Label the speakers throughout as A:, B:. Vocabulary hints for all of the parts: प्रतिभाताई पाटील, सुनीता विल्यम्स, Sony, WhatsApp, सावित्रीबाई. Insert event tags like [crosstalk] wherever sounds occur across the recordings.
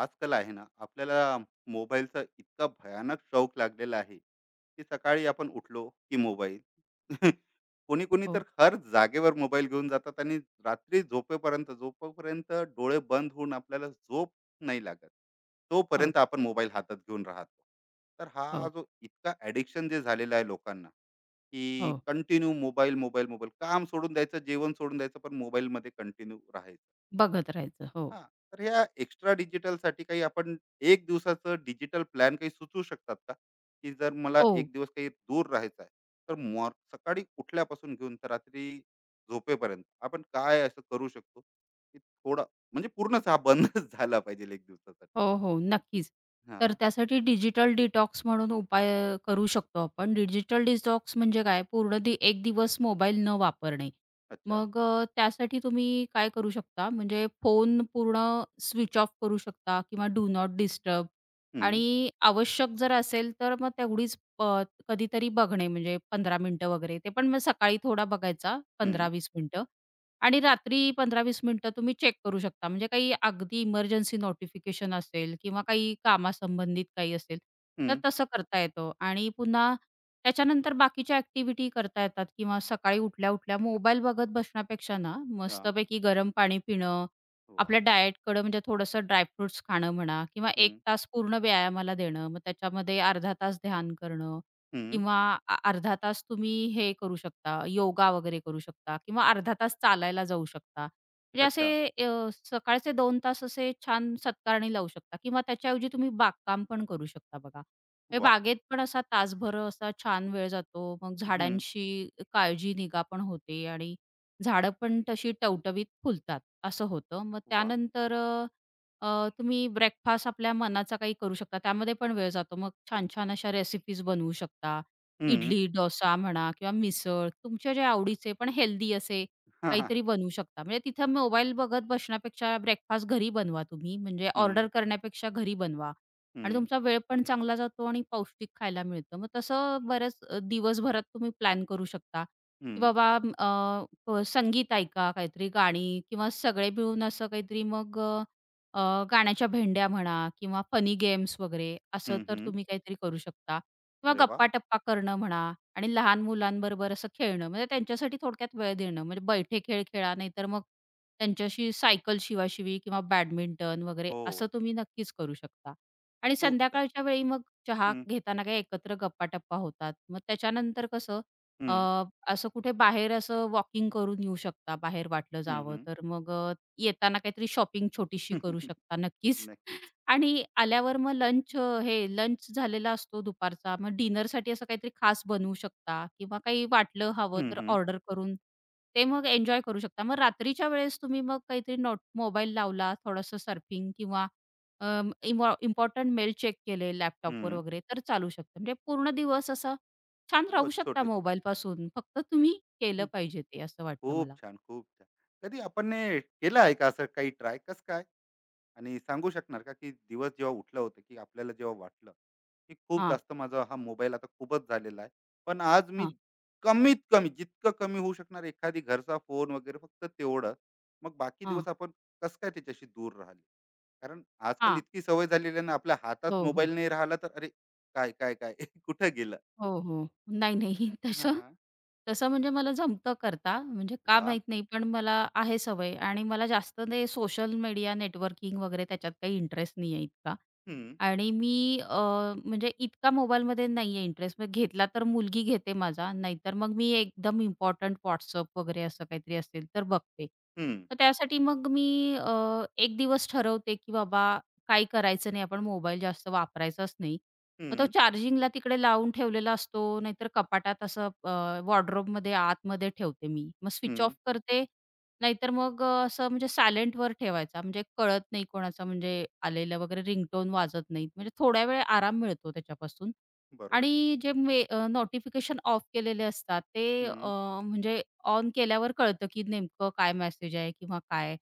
A: आजकाल आहे ना आपल्याला मोबाईलचा इतका भयानक शौक लागलेला आहे की सकाळी आपण उठलो की मोबाईल. [laughs] कोणी कोणी तर
B: हो,
A: हर जागेवर मोबाईल घेऊन जातात आणि रात्री झोपेपर्यंत झोपेपर्यंत डोळे बंद होऊन आपल्याला झोप नाही लागत
B: हो,
A: तोपर्यंत आपण मोबाईल हातात घेऊन राहतो. तर हा
B: हो,
A: जो इतका ॲडिक्शन जे झालेला आहे लोकांना की
B: हो.
A: कंटिन्यू मोबाईल मोबाईल मोबाईल काम सोडून द्यायचं, जेवण सोडून द्यायचं, पण मोबाईलमध्ये कंटिन्यू राहायचं.
B: बघत राहायचं. हो.
A: हां, तर ह्या एक्स्ट्रा डिजिटलसाठी काही आपण एक दिवसाचं डिजिटल प्लॅन काही सुचवू शकतात का? की जर मला
B: हो,
A: एक दिवस काही दूर राहायचं आहे, तर सकाळी उठल्यापासून घेऊन तर रात्री झोपेपर्यंत आपण काय असं करू शकतो, की थोडा म्हणजे पूर्णच हा बंदच [laughs] झाला पाहिजे एक दिवसासाठी?
B: हो, हो. नक्कीच. तर
A: हां,
B: त्यासाठी डिजिटल डिटॉक्स म्हणून उपाय करू शकतो आपण. डिजिटल डिटॉक्स म्हणजे काय? पूर्ण दि एक दिवस मोबाईल न वापरणे.
A: अच्छा.
B: मग त्यासाठी तुम्ही काय करू शकता? म्हणजे फोन पूर्ण स्विच ऑफ करू शकता किंवा डू नॉट डिस्टर्ब.
A: हं,
B: आणि आवश्यक जर असेल तर मग तेवढीच कधीतरी बघणे म्हणजे 15 मिनिटं वगैरे. ते पण मग सकाळी थोडा बघायचा
A: हं,
B: 15-20 मिनिटं आणि रात्री 15-20 मिनिटं तुम्ही चेक करू शकता. म्हणजे काही अगदी इमर्जन्सी नोटिफिकेशन असेल किंवा काही कामासंबंधित काही असेल, तर
A: हं.
B: तसं करता येतं आणि पुन्हा त्याच्यानंतर बाकीच्या ॲक्टिव्हिटी करता येतात किंवा सकाळी उठल्या-उठल्या मोबाईल बघत बसण्यापेक्षा ना,
A: हां,
B: मस्तपैकी गरम पाणी पिणं,
A: वाह!
B: आपल्या डायटकडं म्हणजे थोडंसं ड्रायफ्रुट्स खाणं म्हणा किंवा
A: हं,
B: 1 तास पूर्ण व्यायामाला देणं, मग त्याच्यामध्ये अर्धा तास ध्यान करणं
A: हं.
B: किंवा अर्धा तास तुम्ही हे करू शकता, योगा वगैरे करू शकता किंवा अर्धा तास चालायला जाऊ शकता. म्हणजे असे
A: अच्छा.
B: सकाळचे 2 तास असे छान सत्कारणी लावू शकता किंवा त्याच्याऐवजी तुम्ही बागकाम पण करू शकता बघा. हे
A: वाह!
B: बागेत पण असा तासभर असा छान वेळ जातो. मग
A: हं,
B: झाडांशी काळजी निगा पण होते आणि झाडं पण तशी टवटवीत फुलतात, असं होतं. मग
A: वाह!
B: त्यानंतर अ, अ, तुम्ही ब्रेकफास्ट आपल्या मनाचा काही करू शकता. त्यामध्ये पण वेळ जातो. मग छान-छान अशा रेसिपीज बनवू शकता.
A: हं.
B: इडली, डोसा म्हणा किंवा मिसळ तुमच्या जे आवडीचे पण हेल्दी असे
A: [laughs] हां, हां.
B: काहीतरी बनवू शकता. म्हणजे तिथं मोबाईल बघत बसण्यापेक्षा ब्रेकफास्ट घरी बनवा तुम्ही. म्हणजे
A: हं,
B: ऑर्डर करण्यापेक्षा घरी बनवा आणि
A: हं,
B: तुमचा वेळ पण चांगला जातो आणि पौष्टिक खायला मिळतं. मग तसं बऱ्याच दिवसभरात तुम्ही प्लॅन करू शकता,
A: हं,
B: की बाबा अ, अ, प- संगीत ऐका, काहीतरी गाणी किंवा सगळे मिळून असं काहीतरी मग अ, अ, गाण्याच्या भेंड्या म्हणा किंवा फनी गेम्स वगैरे असं
A: हं,
B: तर
A: हं.
B: तुम्ही काहीतरी करू शकता. किंवा
A: अरे वाह!
B: गप्पा-टप्पा करणं म्हणा आणि लहान मुलांबरोबर असं खेळणं, म्हणजे त्यांच्यासाठी थोडक्यात वेळ देणं. म्हणजे बैठे खेळ खेळा, नाहीतर मग त्यांच्याशी सायकल शिवाशिवी किंवा बॅडमिंटन वगैरे
A: हो.
B: असं तुम्ही नक्कीच करू शकता. आणि
A: खूप छान.
B: संध्याकाळच्या वेळी मग चहा
A: हं,
B: घेताना काही एकत्र गप्पा-टप्पा होतात. मग त्याच्यानंतर अ,
A: हं,
B: असं कुठे बाहेर असं वॉकिंग करून येऊ शकता, बाहेर वाटलं
A: हं,
B: जावं
A: हं.
B: तर. मग येताना काहीतरी शॉपिंग छोटीशी करू शकता
A: [laughs]
B: नक्कीच.
A: नक्कीच.
B: आणि आल्यावर मग हे लंच झालेला असतो दुपारचा. मग डिनरसाठी असं काहीतरी खास बनवू शकता किंवा काही वाटलं हवं
A: हं,
B: तर
A: हं,
B: ऑर्डर करून ते मग एन्जॉय करू शकता. मग रात्रीच्या वेळेस तुम्ही मग काहीतरी नोट मोबाईल लावला, थोडंसं सर्फिंग किंवा अं, इम्पॉ इम्पॉर्टंट मेल चेक केले लॅपटॉपवर
A: हं.
B: वगैरे तर चालू शकतं. म्हणजे पूर्ण दिवस असा छान
A: हो,
B: राहू शकता
A: छोटं-छोटं.
B: मोबाईलपासून. फक्त तुम्ही केलं
A: हं,
B: पाहिजे ते असं वाटतं
A: खूप
B: मला.
A: छान, खूप छान. कधी आपण ने केलं आहे का असं काही ट्राय? कसं काय? आणि सांगू शकणार का की दिवस जेव्हा उठलं होतं की आपल्याला जेव्हा वाटलं की खूप
B: हां,
A: जास्त माझा हा मोबाईल आता खूपच झालेला आहे, पण आज मी
B: हां,
A: कमीत कमी जितकं कमी होऊ शकणार एखादी घरचा फोन वगैरे फक्त तेवढं, मग बाकी
B: हां,
A: दिवस आपण कसं काय त्याच्याशी दूर राहिले. कारण आजकाल
B: हां.
A: इतकी सवय झालेली आहे ना आपल्या हातात
B: हो, हो.
A: मोबाईल नाही राहिला तर अरे काय काय काय [laughs] कुठं गेलं.
B: हो, हो. नाही, नाही. [laughs]
A: हा.
B: तसं तसं म्हणजे मला जमतं करता. म्हणजे का
A: वा.
B: माहीत नाही, पण मला आहे सवय आणि मला जास्त ते सोशल मीडिया नेटवर्किंग वगैरे त्याच्यात काही इंटरेस्ट नाही आहे इतका.
A: हम्म.
B: आणि म्हणजे इतका मोबाईलमध्ये नाहीये इंटरेस्ट. मग घेतला तर मुलगी घेते माझा, नाहीतर मग मी एकदम इम्पोर्टंट WhatsApp वगैरे असं काहीतरी असेल तर बघते.
A: हम्म.
B: तर त्यासाठी मग मी एक दिवस ठरवते, की बाबा काही करायचं नाही, आपण मोबाईल जास्त वापरायचाच नाही. मग तो
A: हम्म.
B: चार्जिंगला तिकडे लावून ठेवलेला असतो, नाहीतर कपाटात असं आतमध्ये ठेवते मी. मग स्विच
A: हम्म.
B: ऑफ करते नाहीतर मग असं म्हणजे सायलेंटवर ठेवायचा, म्हणजे कळत नाही कोणाचा म्हणजे आलेला वगैरे रिंगटोन वाजत नाहीत. म्हणजे थोड्या वेळ आराम मिळतो त्याच्यापासून.
A: बरोबर.
B: आणि जे नोटिफिकेशन ऑफ केलेले असतात ते
A: हम्म.
B: म्हणजे ऑन केल्यावर कळतं, की नेमकं काय मेसेज आहे किंवा काय.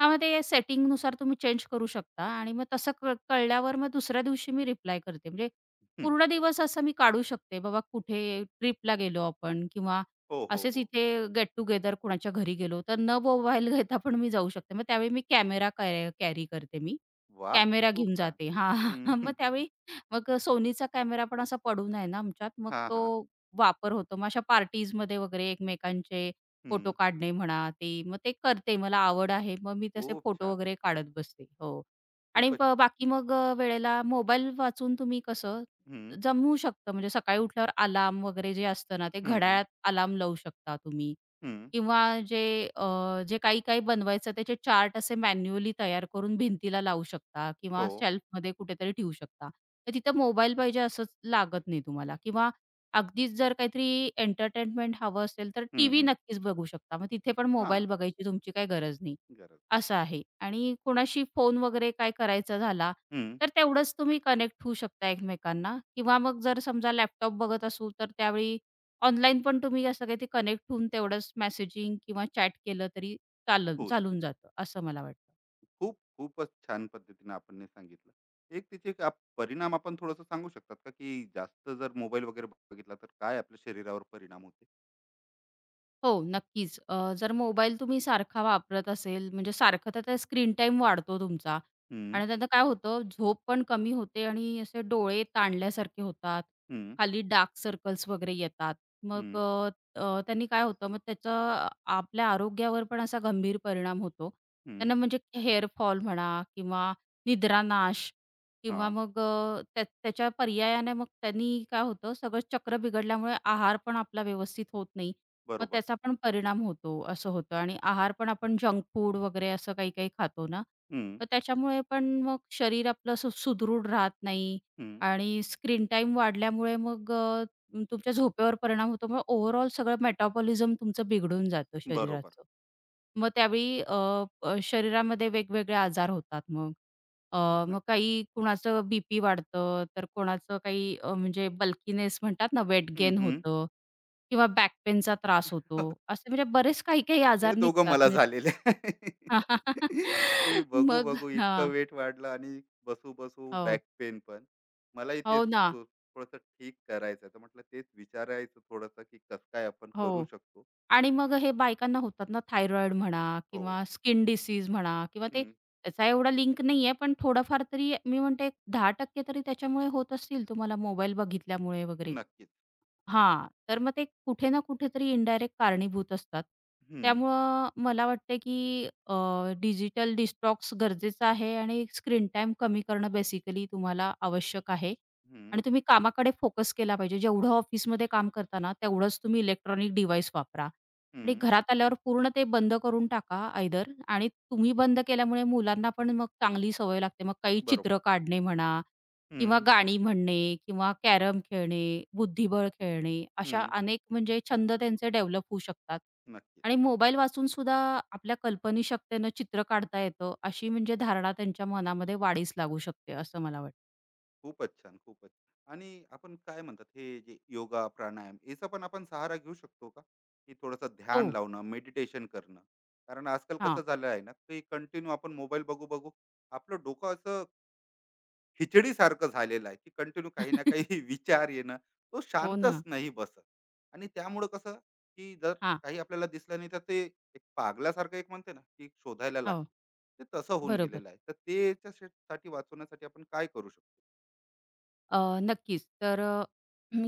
B: हां, मग ते सेटिंगनुसार तुम्ही चेंज करू शकता आणि मग तसं कळल्यावर मग दुसऱ्या दिवशी मी रिप्लाय करते. म्हणजे
A: हम्म.
B: पूर्ण दिवस असं मी काढू शकते. बाबा कुठे ट्रिपला गेलो आपण किंवा
A: हो, हो,
B: असेच
A: हो.
B: इथे गेट टुगेदर कुणाच्या घरी गेलो, तर न मोबाईल घेता पण मी जाऊ शकते. मग त्यावेळी मी कॅमेरा कॅ कॅरी करते मी.
A: वा.
B: कॅमेरा
A: खूप
B: घेऊन
A: छान.
B: जाते. हां,
A: हम्म.
B: [laughs] मग
A: हम्म.
B: त्यावेळी मग Sonyचा कॅमेरा पण असा पडून आहे ना आमच्यात, मग
A: हा,
B: तो
A: हा.
B: वापर होतो. मग अशा पार्टीजमध्ये वगैरे एकमेकांचे
A: हं.
B: फोटो काढणे म्हणा, ते मग ते करते. मला आवड आहे. मग मी तसे
A: खूप
B: फोटो
A: छान.
B: वगैरे काढत बसते. हो. आणि
A: खूपच.
B: बाकी मग वेळेला मोबाईल वाचून तुम्ही कसं
A: हं,
B: जमवू शकतं. म्हणजे सकाळी उठल्यावर अलार्म वगैरे जे असतं ना, ते
A: हं, हं,
B: घड्याळात अलार्म लावू शकता तुम्ही
A: हं.
B: किंवा जे अ, जे काही-काही बनवायचं त्याचे चार्ट असे मॅन्युअली तयार करून भिंतीला लावू शकता किंवा
A: हो.
B: शेल्फमध्ये कुठेतरी ठेवू शकता. तर तिथं मोबाईल पाहिजे असंच लागत नाही तुम्हाला किंवा अगदीच जर काहीतरी एंटरटेनमेंट हवं असेल, तर
A: हं,
B: टीव्ही
A: हं.
B: नक्कीच बघू शकता. मग तिथे पण
A: हां,
B: मोबाईल बघायची तुमची काही गरज नाही.
A: गरज.
B: असं आहे आणि कोणाशी फोन वगैरे काय करायचा झाला
A: हं.
B: तर तेवढंच तुम्ही कनेक्ट होऊ शकता एकमेकांना किंवा मग जर समजा लॅपटॉप बघत असू, तर त्यावेळी ऑनलाईन पण तुम्ही असं काही ते कनेक्ट होऊन तेवढंच मेसेजिंग किंवा चॅट केलं तरी
A: होऊ शकते.
B: चालून जातं, असं मला वाटतं.
A: खूप, खूपच छान पद्धतीने आपण हे सांगितलं. एक त्याचे एक परिणाम आपण थोडंसं सांगू शकतात का, की जास्त जर मोबाईल वगैरे बघितला, तर काय आपल्या शरीरावर परिणाम होते?
B: हो, नक्कीच. जर मोबाईल तुम्ही सारखा वापरत असेल, म्हणजे सारखं तर त्या स्क्रीन टाईम वाढतो तुमचा
A: हं,
B: आणि त्यानं काय होतं, झोप पण कमी होते आणि असे डोळे ताणल्यासारखे होतात.
A: हं,
B: खाली डार्क सर्कल्स वगैरे येतात. मग
A: हं,
B: अ, अ, त्यांनी काय होतं, मग त्याचा आपल्या आरोग्यावर पण असा गंभीर परिणाम होतो.
A: हं.
B: त्यांना म्हणजे हेअर फॉल म्हणा किंवा निद्रानाश किंवा
A: हां,
B: मग त्याच्या पर्यायाने मग त्यांनी काय होतं, सगळं चक्र बिघडल्यामुळे आहार पण आपला व्यवस्थित होत नाही. मग
A: बरोबर.
B: त्याचा पण परिणाम होतो, असं होतं आणि आहार पण आपण जंक फूड वगैरे असं काही-काही खातो ना,
A: हं,
B: तर त्याच्यामुळे पण मग शरीर आपलं सुदृढ राहत नाही
A: हं.
B: आणि स्क्रीन टाईम वाढल्यामुळे मग तुमच्या झोपेवर परिणाम होतो. मग ओव्हरऑल सगळं मेटाबॉलिझम तुमचं बिघडून जातं
A: बरोबर.
B: शरीराचं. मग त्यावेळी अ, अ, शरीरामध्ये वेगवेगळे आजार होतात मग. अ, मग
A: नक्क
B: काही कुणाचं बी-पी वाढतं, तर कोणाचं काही म्हणजे बल्कीनेस म्हणतात ना, वेट
A: हं,
B: गेन
A: हं.
B: होतं किंवा बॅक पेनचा त्रास होतो.
A: [laughs]
B: असे म्हणजे बरेच काही-काही
A: हे
B: आजार
A: दोघं
B: निघतात
A: मला
B: म्हणजे.
A: झालेले [laughs] आहे. की
B: [laughs]
A: बघू
B: मग
A: बघू इतकं
B: हां.
A: वेट वाढलं आणि बसू बसू
B: हो.
A: बॅक पेन पण मलाही ते
B: हो ना.
A: थोडस ठीक करायचं आहे. तर म्हटलं तेच विचारायचं थोडस की कसं काय आपण करू
B: हो.
A: शकतो.
B: आणि मग हे बायकांना होतात ना थायरॉईड म्हणा
A: हो.
B: किंवा स्किन डिसीज म्हणा किंवा ते
A: हम्म,
B: त्याचा एवढा लिंक नाहीये पण थोडंफार तरी मी म्हणते 10% तरी त्याच्यामुळे होत असतील तुम्हाला मोबाईल बघितल्यामुळे वगैरे.
A: नक्कीच.
B: हां, तर मग ते कुठे ना कुठेतरी इनडायरेक्ट कारणीभूत असतात.
A: हम्म,
B: त्यामुळं मला वाटतं, की डिजिटल डिस्टॉक्स गरजेचं आहे आणि स्क्रीन टाईम कमी करणं बेसिकली तुम्हाला आवश्यक आहे.
A: हम्म,
B: आणि तुम्ही कामाकडे फोकस केला पाहिजे. जेवढं ऑफिसमध्ये काम करता ना, तेवढंच तुम्ही इलेक्ट्रॉनिक डिव्हाइस वापरा. आणि
A: हम्म,
B: घरात आल्यावर पूर्ण ते बंद करून टाका आयदर आणि तुम्ही बंद केल्यामुळे मुलांना पण मग चांगली सवय लागते. मग काही
A: बरोबर.
B: चित्र काढणे म्हणा किंवा
A: हम्म,
B: गाणी म्हणणे किंवा कॅरम खेळणे, बुद्धिबळ खेळणे अशा
A: हम्म,
B: अनेक म्हणजे छंद त्यांचे डेव्हलप होऊ शकतात.
A: नक्कीच.
B: आणि मोबाईल वाचून सुद्धा आपल्या कल्पनीशक्तीनं चित्र काढता येतं, अशी म्हणजे धारणा त्यांच्या मनामध्ये वाढीस लागू शकते असं मला वाटतं.
A: खूपच छान, खूपच. आणि आपण काय म्हणतात हे जे योगा, प्राणायाम याचा पण आपण सहारा घेऊ शकतो का? की थोडंसं
B: हो.
A: ध्यान लावणं, मेडिटेशन करणं. कारण आजकाल
B: हां.
A: कसं झालं आहे ना, की कंटिन्यू आपण मोबाईल बघू-बघू आपलं डोकं असं खिचडीसारखं झालेलं आहे, की कंटिन्यू काही ना काही [laughs]
B: [laughs]
A: विचार येणं, तो
B: हो
A: शांतच
B: ना.
A: नाही बसत. आणि त्यामुळं कसं, की जर
B: हां.
A: काही आपल्याला दिसलं नाही तर ते एक पागलासारखं एक म्हणते ना, की शोधायला लागते.
B: हो.
A: ते तसं होऊन
B: बरोबर.
A: गेलेलं आहे. तर ते त्याच्यासाठी वाचवण्यासाठी आपण काय करू शकतो?
B: नक्कीच. तर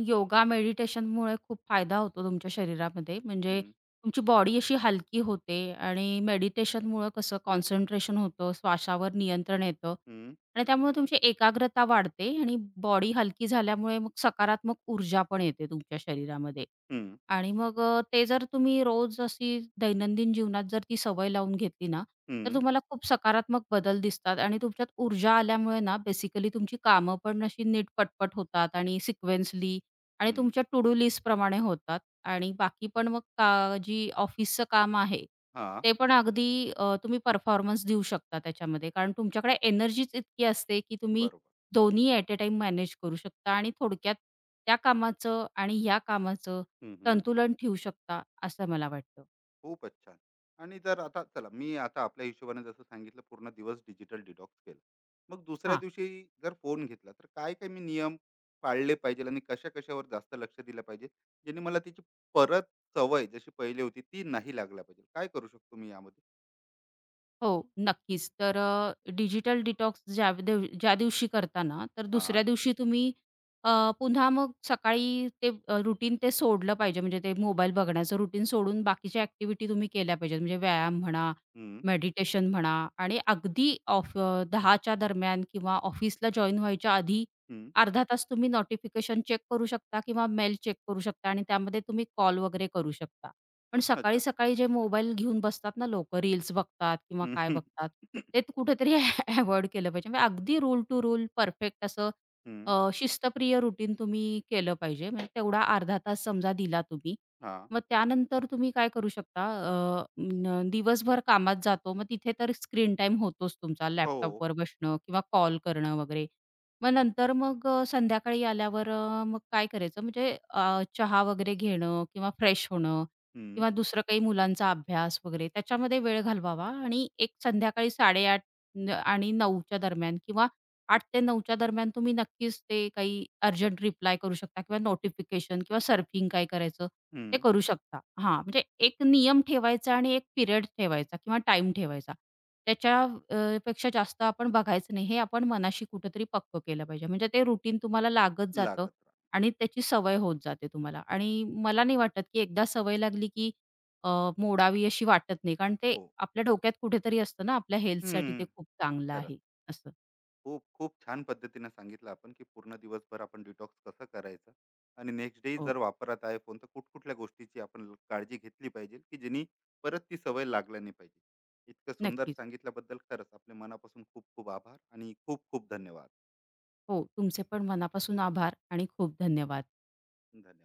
B: योगा, मेडिटेशनमुळे खूप फायदा होतो तुमच्या शरीरामध्ये. म्हणजे
A: हं,
B: तुमची बॉडी अशी हलकी होते आणि मेडिटेशनमुळं कसं कॉन्सन्ट्रेशन होतं, श्वासावर नियंत्रण येतं
A: हं.
B: आणि त्यामुळे तुमची एकाग्रता वाढते आणि बॉडी हलकी झाल्यामुळे मग सकारात्मक ऊर्जा पण येते तुमच्या शरीरामध्ये.
A: हं,
B: आणि मग ते जर तुम्ही रोज अशी दैनंदिन जीवनात जर ती सवय लावून घेतली ना, तर
A: हं,
B: तुम्हाला खूप सकारात्मक बदल दिसतात आणि तुमच्यात ऊर्जा आल्यामुळे ना, बेसिकली तुमची कामं पण अशी नीट पटपट होतात आणि सिक्वेन्सली आणि
A: हं.
B: तुमच्या टू डू लिस्टप्रमाणे होतात आणि बाकी पण मग का जी ऑफिसचं काम आहे,
A: हां,
B: ते पण अगदी तुम्ही परफॉर्मन्स देऊ शकता त्याच्यामध्ये. कारण तुमच्याकडे एनर्जीच इतकी असते, की तुम्ही
A: बरोबर.
B: दोन्ही ॲट अ टाईम मॅनेज करू शकता आणि थोडक्यात त्या कामाचं आणि ह्या कामाचं
A: हं, हं.
B: संतुलन ठेवू शकता, असं मला वाटतं.
A: खूपच छान. आणि जर आता चला मी आता आपल्या हिशोबाने जसं सांगितलं पूर्ण दिवस डिजिटल डिटॉक्स केला. मग दुसऱ्या
B: हां.
A: दिवशी जर फोन घेतला तर काय-काय मी नियम पाळले पाहिजेल आणि कशा-कशावर जास्त लक्ष दिलं पाहिजे? ज्याने मला त्याची परत सवय जशी पहिली होती ती नाही लागली पाहिजे. काय करू शकतो मी यामध्ये?
B: हो, नक्कीच. तर डिजिटल डिटॉक्स ज्या दिवशी करता ना, तर
A: हां.
B: दुसऱ्या दिवशी तुम्ही अ, पुन्हा मग सकाळी ते रुटीन ते सोडलं पाहिजे. म्हणजे ते मोबाईल बघण्याचं रुटीन सोडून बाकीच्या ॲक्टिव्हिटी तुम्ही केल्या पाहिजेत. म्हणजे व्यायाम म्हणा,
A: हं,
B: मेडिटेशन म्हणा आणि अगदी 10च्या दरम्यान किंवा ऑफिसला जॉइन व्हायच्या आधी
A: हं.
B: अर्धा तास तुम्ही नोटिफिकेशन चेक करू शकता किंवा मेल चेक करू शकता आणि त्यामध्ये तुम्ही कॉल वगैरे करू शकता. पण
A: अच्छा.
B: सकाळी-सकाळी जे मोबाईल घेऊन बसतात ना लोकं, रील्स बघतात किंवा
A: हं,
B: काय
A: हं.
B: बघतात, ते तर कुठेतरी [laughs] अव्हॉइड केलं पाहिजे. म्हणजे अगदी रूल टू रूल परफेक्ट असं
A: हं.
B: शिस्तप्रिय रुटीन तुम्ही केलं पाहिजे. म्हणजे तेवढा अर्धा तास समजा दिला तुम्ही.
A: हां.
B: मग त्यानंतर तुम्ही काय करू शकता. अ, न दिवसभर कामात जातो, मग तिथे तर स्क्रीन टाईम होतोच तुमचा,
A: हो.
B: लॅपटॉपवर बसणं किंवा कॉल करणं वगैरे. मग नंतर संध्याकाळी आल्यावर मग काय करायचं म्हणजे चहा वगैरे घेणं किंवा फ्रेश होणं
A: हं,
B: किंवा दुसरं काही मुलांचा अभ्यास वगैरे त्याच्यामध्ये वेळ घालवावा आणि एक संध्याकाळी 8:30 आणि 9च्या दरम्यान किंवा 8-9च्या दरम्यान तुम्ही नक्कीच ते काही अर्जंट रिप्लाय करू शकता किंवा नोटिफिकेशन किंवा सर्फिंग काय करायचं ते
A: हं.
B: करू शकता. हां, म्हणजे एक नियम ठेवायचा आणि एक पिरियड ठेवायचा किंवा टाईम ठेवायचा. त्याच्या पेक्षा जास्त आपण बघायचं नाही हे आपण मनाशी कुठेतरी पक्कं केलं पाहिजे. म्हणजे ते रुटीन तुम्हाला लागत जातं
A: लागत राहते.
B: आणि त्याची सवय होत जाते तुम्हाला आणि मला नाही वाटत, की एकदा सवय लागली, की अ, मोडावी अशी वाटत नाही. कारण ते
A: हो.
B: आपल्या डोक्यात कुठेतरी असतं ना, आपल्या हेल्थसाठी
A: हं.
B: ते खूप चांगलं आहे
A: खरंच.
B: असं.
A: खूप खूप छान पद्धतीने सांगितलं आपण की पूर्ण दिवसभर आपण डिटॉक्स कसं करायचं आणि नेक्स्ट डे
B: हो,
A: जर वापरात आहे फोन तर कुठकुठल्या गोष्टीची आपण काळजी घेतली पाहिजे की जेणे परत ती सवय लागल्या नाही पाहिजे. इतकं सुंदर
B: नक्कीच.
A: सांगितल्याबद्दल खरंच आपल्या मनापासून खूप खूप आभार आणि खूप खूप धन्यवाद.
B: हो, तुमचे पण मनापासून आभार आणि खूप धन्यवाद.
A: धन्यवाद.